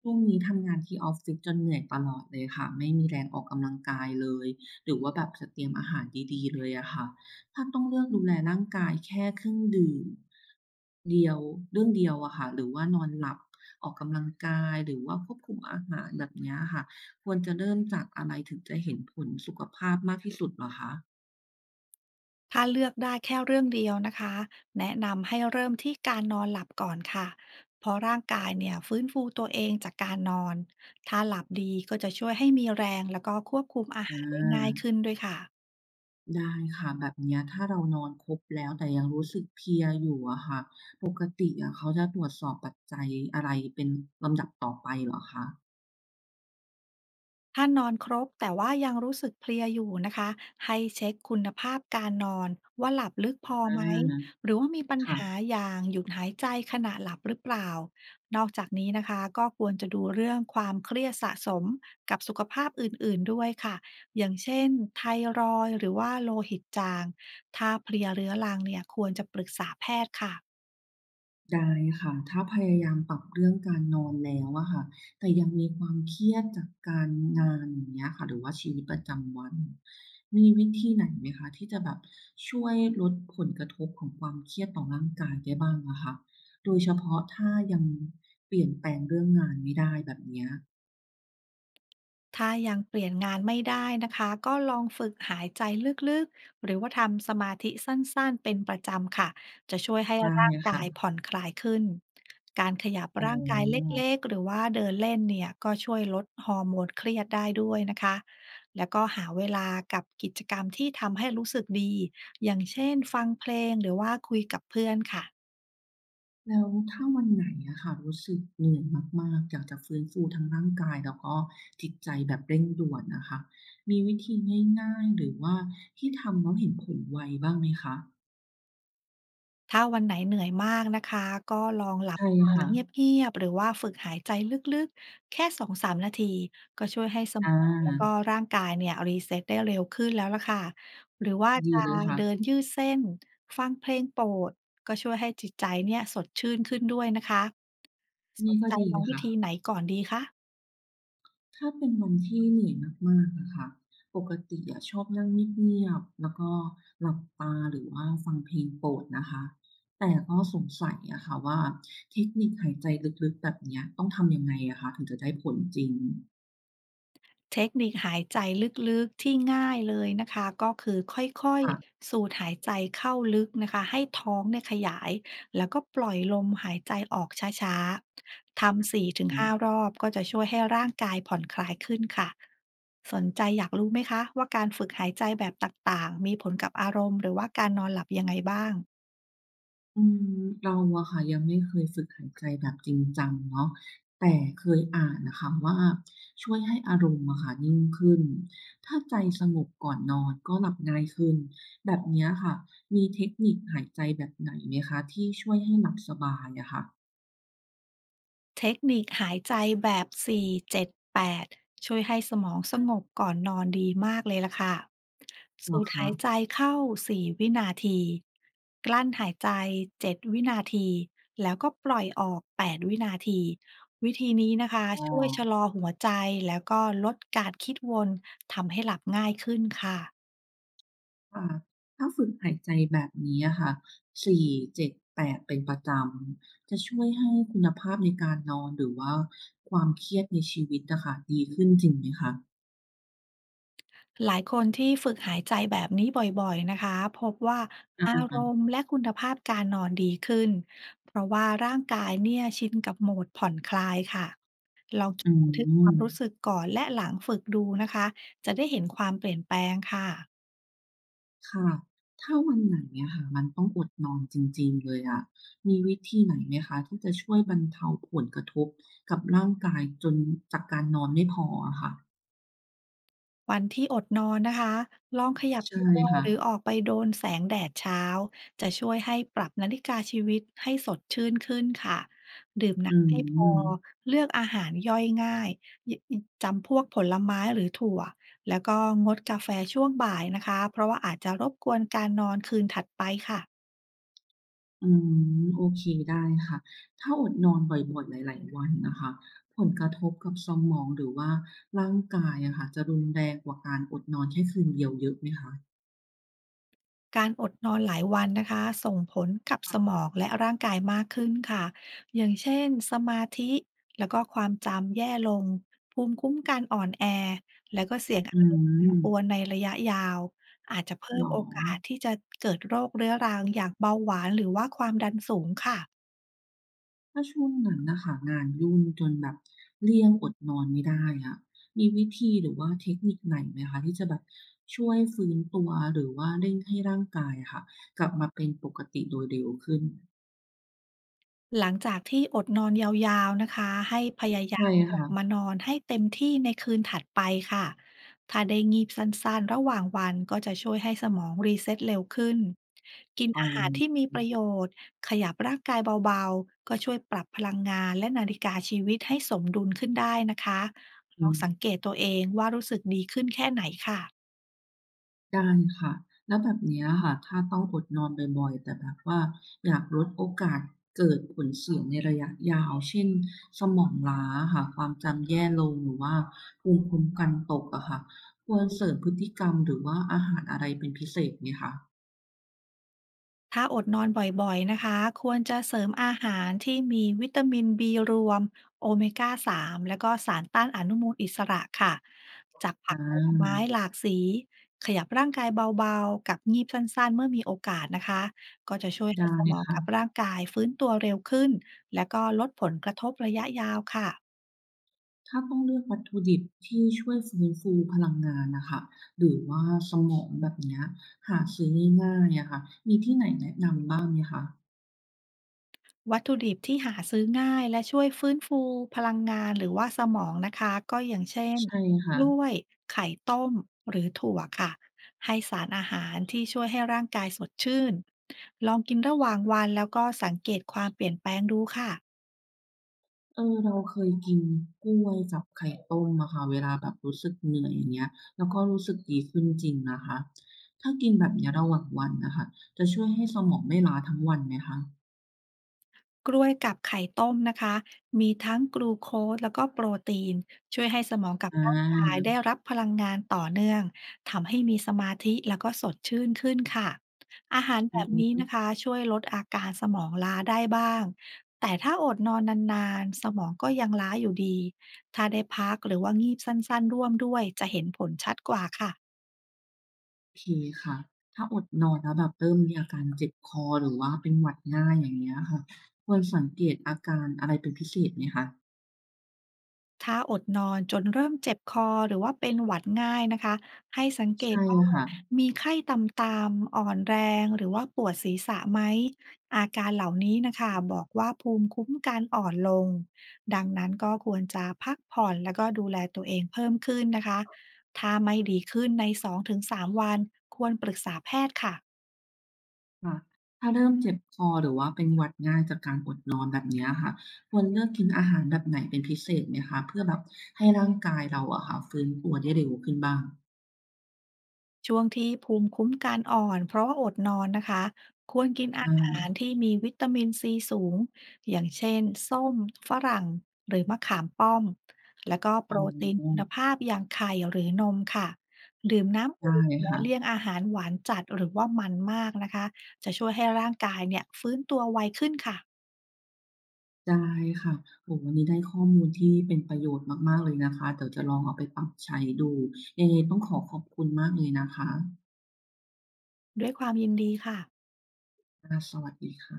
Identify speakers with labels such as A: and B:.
A: ช่วงนี้ทำงานที่ออฟฟิศจนเหนื่อยตลอดเลยค่ะไม่มีแรงออกกำลังกายเลยหรือว่าแบบจะเตรียมอาหารดีๆเลยอะค่ะถ้าต้องเลือกดูแลร่างกายแค่เครื่องดื่มเดียวเรื่องเดียวอะค่ะหรือว่านอนหลับออกกำลังกายหรือว่าควบคุมอาหารแบบเนี้ยค่ะควรจะเริ่มจากอะไรถึงจะเห็นผลสุขภาพมากที่สุดเหรอคะ
B: ถ้าเลือกได้แค่เรื่องเดียวนะคะแนะนำให้เริ่มที่การนอนหลับก่อนค่ะเพราะร่างกายเนี่ยฟื้นฟูตัวเองจากการนอนถ้าหลับดีก็จะช่วยให้มีแรงแล้วก็ควบคุมอา
A: อ
B: หารได้ง่ายขึ้น
A: า
B: ด้วยค่ะ
A: ได้ค่ะแบบเนี้ยถ้าเรานอนครบแล้วแต่ยังรู้สึกเพลียอยู่อะค่ะปกติอะเขาจะตรวจสอบปัจจัยอะไรเป็นลำดับต่อไปเหรอคะ
B: ถ้านอนครบแต่ว่ายังรู้สึกเพลียอยู่นะคะให้เช็คคุณภาพการนอนว่าหลับลึกพอ
A: อา
B: ไหมหรือว่ามีปัญ
A: ค่ะ
B: หาอย่างหยุดหายใจขณะหลับหรือเปล่านอกจากนี้นะคะก็ควรจะดูเรื่องความเครียดสะสมกับสุขภาพอื่นๆด้วยค่ะอย่างเช่นไทรอยด์หรือว่าโลหิตจางถ้าเพลียเรื้อรังเนี่ยควรจะปรึกษาแพทย์ค่ะ
A: ได้ค่ะถ้าพยายามปรับเรื่องการนอนแล้วอะค่ะแต่ยังมีความเครียดจากการงานอย่างเงี้ยค่ะหรือว่าชีวิตประจำวันมีวิธีไหนไหมคะที่จะแบบช่วยลดผลกระทบของความเครียดต่อร่างกายได้บ้างอะคะโดยเฉพาะถ้ายังเปลี่ยนแปลงเรื่องงานไม่ได้แบบเนี้ย
B: ถ้ายังเปลี่ยนงานไม่ได้นะคะก็ลองฝึกหายใจลึกๆหรือว่าทำสมาธิสั้นๆเป็นประจำค่ะจะช่วยให้
A: ได้
B: ร่าง
A: อะ
B: กา
A: ค่ะ
B: ยผ่อนคลายขึ้นการขยับ
A: อ๋
B: ร่างกายเล็ก
A: อ
B: ๆหรือว่าเดินเล่นเนี่ยก็ช่วยลดฮอร์โมนเครียดได้ด้วยนะคะแล้วก็หาเวลากับกิจกรรมที่ทำให้รู้สึกดีอย่างเช่นฟังเพลงหรือว่าคุยกับเพื่อนค่ะ
A: แล้วถ้าวันไหนอะค่ะรู้สึกเหนื่อยมากๆอยากจะฟื้นฟูทั้งร่างกายแล้วก็จิตใจแบบเร่งด่วนนะคะมีวิธีง่ายๆหรือว่าที่ทำแล้วเห็นผลไวบ้างไหมคะ
B: ถ้าวันไหนเหนื่อยมากนะคะก็ลองหลับ
A: ใช่
B: ตา
A: ค่ะ
B: เงียบๆหรือว่าฝึกหายใจลึกๆแค่2-3นาทีก็ช่วยให้สม
A: อา
B: องแล้วก็ร่างกายเนี่ยรีเซ็ตได้เร็วขึ้นแล้วล่ะค่ะหรือว่า
A: ดี
B: จะ
A: เลยค่ะ
B: เดินยืดเส้นฟังเพลงโปรดก็ช่วยให้จิตใจเนี่ยสดชื่นขึ้นด้วยนะคะส
A: นี่
B: น
A: ก็
B: ใจ
A: ดี
B: ลองวิ
A: ค่ะ
B: ธีไหนก่อนดีคะ
A: ถ้าเป็นวันที่เหนื่อยมากๆอะค่ะปกติอะชอบนั่งเงียบๆแล้วก็หลับตาหรือว่าฟังเพลงโปรดนะคะ แต่ก็สงสัยอะค่ะว่าเทคนิคหายใจลึกๆแบบเนี้ยต้องทำยังไงอะคะถึงจะได้ผลจริง
B: เทคนิคหายใจลึกๆที่ง่ายเลยนะคะก็คือค่อย
A: ค่ะ
B: ๆสูดหายใจเข้าลึกนะคะให้ท้องเนี่ยขยายแล้วก็ปล่อยลมหายใจออกช้าๆทำ
A: อือ
B: 4-5รอบก็จะช่วยให้ร่างกายผ่อนคลายขึ้นค่ะสนใจอยากรู้ไหมคะว่าการฝึกหายใจแบบต่างๆมีผลกับอารมณ์หรือว่าการนอนหลับยังไงบ้าง
A: อืมเราอะค่ะยังไม่เคยฝึกหายใจแบบจริงจังเนาะแต่เคยอ่านนะคะว่าช่วยให้อารมณ์อะค่ะนิ่งขึ้นถ้าใจสงบก่อนนอนก็หลับง่ายขึ้นแบบเนี้ยค่ะมีเทคนิคหายใจแบบไหนไหมคะที่ช่วยให้หลับสบายอะค่ะ
B: เทคนิคหายใจแบบ 4-7-8 ช่วยให้สมองสงบก่อนนอนดีมากเลยล่ะค่ะ
A: เหร
B: สู
A: อ
B: ด
A: คะ
B: หายใจเข้า 4 วินาที กลั้นหายใจ 7 วินาที แล้วก็ปล่อยออก 8 วินาที วิธีนี้นะคะ
A: อ๋อ
B: ช่วยชะลอหัวใจแล้วก็ลดการคิดวนทำให้หลับง่ายขึ้นค่ะ
A: ค่ะถ้าฝึกหายใจแบบนี้อะค่ะ4-7-8เป็นประจำจะช่วยให้คุณภาพในการนอนหรือว่าความเครียดในชีวิตอะค่ะดีขึ้นจริงไหมคะ
B: หลายคนที่ฝึกหายใจแบบนี้บ่อยๆนะคะพบว่า
A: อ
B: อารม
A: า
B: ณ์และคุณภาพการนอนดีขึ้นเพราะว่าร่างกายเนี่ยชินกับโหมดผ่อนคลายค่ะลองจ
A: อื
B: ดบันทึกควา
A: ม
B: มรู้สึกก่อนและหลังฝึกดูนะคะจะได้เห็นความเปลี่ยนแปลงค่ะ
A: ค่ะถ้าวันไหนอะค่ะมันต้องอดนอนจริงๆเลยอะมีวิธีไหนไหมคะที่จะช่วยบรรเทาผลกระทบกับร่างกายจนจากการนอนไม่พออะค่ะ
B: วันที่อดนอนนะคะลองขยับ
A: ใช่
B: ตัว
A: ค่ะ
B: หรือออกไปโดนแสงแดดเช้าจะช่วยให้ปรับนาฬิกาชีวิตให้สดชื่นขึ้นค่ะ ดื่ม
A: อื
B: น้ำให้พอ
A: ม
B: เลือกอาหารย่อยง่ายจำพวกผลไม้หรือถั่ว แล้วก็งดกาแฟช่วงบ่ายนะคะ เพราะว่าอาจจะรบกวนการนอนคืนถัดไปค่ะ
A: อืมโอเคได้ค่ะถ้าอดนอนบ่อยๆหลายๆวันนะคะผลกระทบกับสมองหรือว่าร่างกายอะค่ะจะรุนแรงกว่าการอดนอนแค่คืนเดียวเยอะไหมคะ
B: การอดนอนหลายวันนะคะส่งผลกับสมองและร่างกายมากขึ้นค่ะอย่างเช่นสมาธิแล้วก็ความจำแย่ลงภูมิคุ้มกันอ่อนแอแล้วก็เสี่ยง
A: อื
B: อารมณ์แปรปรวน
A: ม
B: ในระยะยาวอาจจะเพิ่
A: เห
B: ม
A: รอ
B: โอกาสที่จะเกิดโรคเรื้อรังอย่างเบาหวานหรือว่าความดันสูงค่ะ
A: ถ้าช่วงนั้นนะคะงานยุ่งจนแบบเลี่ยงอดนอนไม่ได้อะมีวิธีหรือว่าเทคนิคไหนไหมคะที่จะแบบช่วยฟื้นตัวหรือว่าเร่งให้ร่างกายอะค่ะกลับมาเป็นปกติโดยเร็วขึ้น
B: หลังจากที่อดนอนยาวๆนะคะให้พยายา
A: ใช่
B: มกลับมา
A: ค่ะ
B: นอนให้เต็มที่ในคืนถัดไปค่ะถ้าได้งีบสั้นๆระหว่างวันก็จะช่วยให้สมองรีเซ็ตเร็วขึ้นกิน
A: อ๋อ
B: อาหารที่มีประโยชน์ขยับร่างกายเบาๆก็ช่วยปรับพลังงานและนาฬิกาชีวิตให้สมดุลขึ้นได้นะคะล
A: อื
B: อง
A: ม
B: สังเกตตัวเองว่ารู้สึกดีขึ้นแค่ไหนค่ะ
A: ได้ค่ะแล้วแบบเนี้ยค่ะถ้าต้องอดนอนบ่อยๆแต่แบบว่าอยากลดโอกาสเกิดผลเสียในระยะยาวเช่นสมองล้าค่ะความจำแย่ลงหรือว่าภูมิคุ้มกันตกอะค่ะควรเสริมพฤติกรรมหรือว่าอาหารอะไรเป็นพิเศษไหมคะ
B: ถ้าอดนอนบ่อยๆนะคะควรจะเสริมอาหารที่มีวิตามิน B รวม โอเมก้า3แล้วก็สารต้านอนุมูลอิสระค่ะ จากผั
A: อ
B: กผลไม้
A: า
B: หลากสี ขยับร่างกายเบาๆ กับงีบสั้นๆ เมื่อมีโอกาสนะคะก็จะช่วยให้
A: ได้
B: สมอง
A: ค่ะ
B: กับร่างกายฟื้นตัวเร็วขึ้น และก็ลดผลกระทบระยะยาวค่ะ
A: ถ้าต้องเลือกวัตถุดิบที่ช่วยฟื้นฟูพลังงานน่ะค่ะหรือว่าสมองแบบเนี้ยหาซื้อง่ายๆอะค่ะมีที่ไหนแนะนำบ้างไหมคะ
B: วัตถุดิบที่หาซื้อง่ายและช่วยฟื้นฟูพลังงานหรือว่าสมองนะคะก็อย่างเช่น
A: ใช่
B: ก
A: ค่ะ
B: ล้วยไข่ต้มหรือถั่วค่ะให้สารอาหารที่ช่วยให้ร่างกายสดชื่นลองกินระหว่างวันแล้วก็สังเกตความเปลี่ยนแปลงดูค่ะ
A: เออเราเคยกินกล้วยกับไข่ต้มอะค่ะเวลาแบบรู้สึกเหนื่อยอย่างเงี้ยแล้วก็รู้สึกดีขึ้นจริงนะคะถ้ากินแบบเนี้ยระหว่างวันน่ะค่ะจะช่วยให้สมองไม่ล้าทั้งวันไหมคะ
B: กล้วยกับไข่ต้มนะคะมีทั้งกลูโคสแล้วก็โปรตีนช่วยให้สมองกับ
A: อา
B: ร่างกายได้รับพลังงานต่อเนื่องทำให้มีสมาธิแล้วก็สดชื่นขึ้นค่ะอาหารแบ
A: อื
B: บนี้
A: ม
B: นะคะช่วยลดอาการสมองล้าได้บ้างแต่ถ้าอดนอนนานๆสมองก็ยังล้าอยู่ดีถ้าได้พักหรือว่างีบสั้นๆร่วมด้วยจะเห็นผลชัดกว่าค่ะ
A: โอเคค่ะถ้าอดนอนแล้วแบบเริ่มมีอาการเจ็บคอหรือว่าเป็นหวัดง่ายอย่างเงี้ยค่ะควรสังเกตอาการอะไรเป็นพิเศษไหมคะ
B: ถ้าอดนอนจนเริ่มเจ็บคอหรือว่าเป็นหวัดง่ายนะคะให้สังเกต
A: ใช่
B: ว่า
A: ค่ะ
B: มีไข้ต่ำๆอ่อนแรงหรือว่าปวดศีรษะไหมอาการเหล่านี้นะคะบอกว่าภูมิคุ้มกันอ่อนลงดังนั้นก็ควรจะพักผ่อนแล้วก็ดูแลตัวเองเพิ่มขึ้นนะคะถ้าไม่ดีขึ้นใน2-3วันควรปรึกษาแพทย์ค่ะ
A: ค่ะถ้าเริ่มเจ็บคอหรือว่าเป็นหวัดง่ายจากการอดนอนแบบเนี้ยค่ะควรเลือกกินอาหารแบบไหนเป็นพิเศษไหมคะเพื่อแบบให้ร่างกายเราอะค่ะฟื้นตัวได้เร็วขึ้นบ้าง
B: ช่วงที่ภูมิคุ้มกันอ่อนเพราะว่าอดนอนนะคะควรกินอา
A: อา
B: หารที่มีวิตามินซีสูงอย่างเช่นส้มฝรั่งหรือมะขามป้อมแล้วก็โป
A: อ๋
B: รตีนคุณ
A: อ
B: ภาพอย่างไข่หรือนมค่ะดื่มน้ำอุ่น
A: ได้
B: และ
A: ค่ะ
B: เลี่ยงอาหารหวานจัดหรือว่ามันมากนะคะจะช่วยให้ร่างกายเนี่ยฟื้นตัวไวขึ้นค่ะ
A: ได้ค่ะโอ้โฮวันนี้ได้ข้อมูลที่เป็นประโยชน์มากๆเลยนะคะเดี๋ยวจะลองเอาไปปรับใช้ดูยังไงต้องขอขอบคุณมากเลยนะคะ
B: ด้วยความยินดีค่ะ
A: ค่ะสวัสดีค่ะ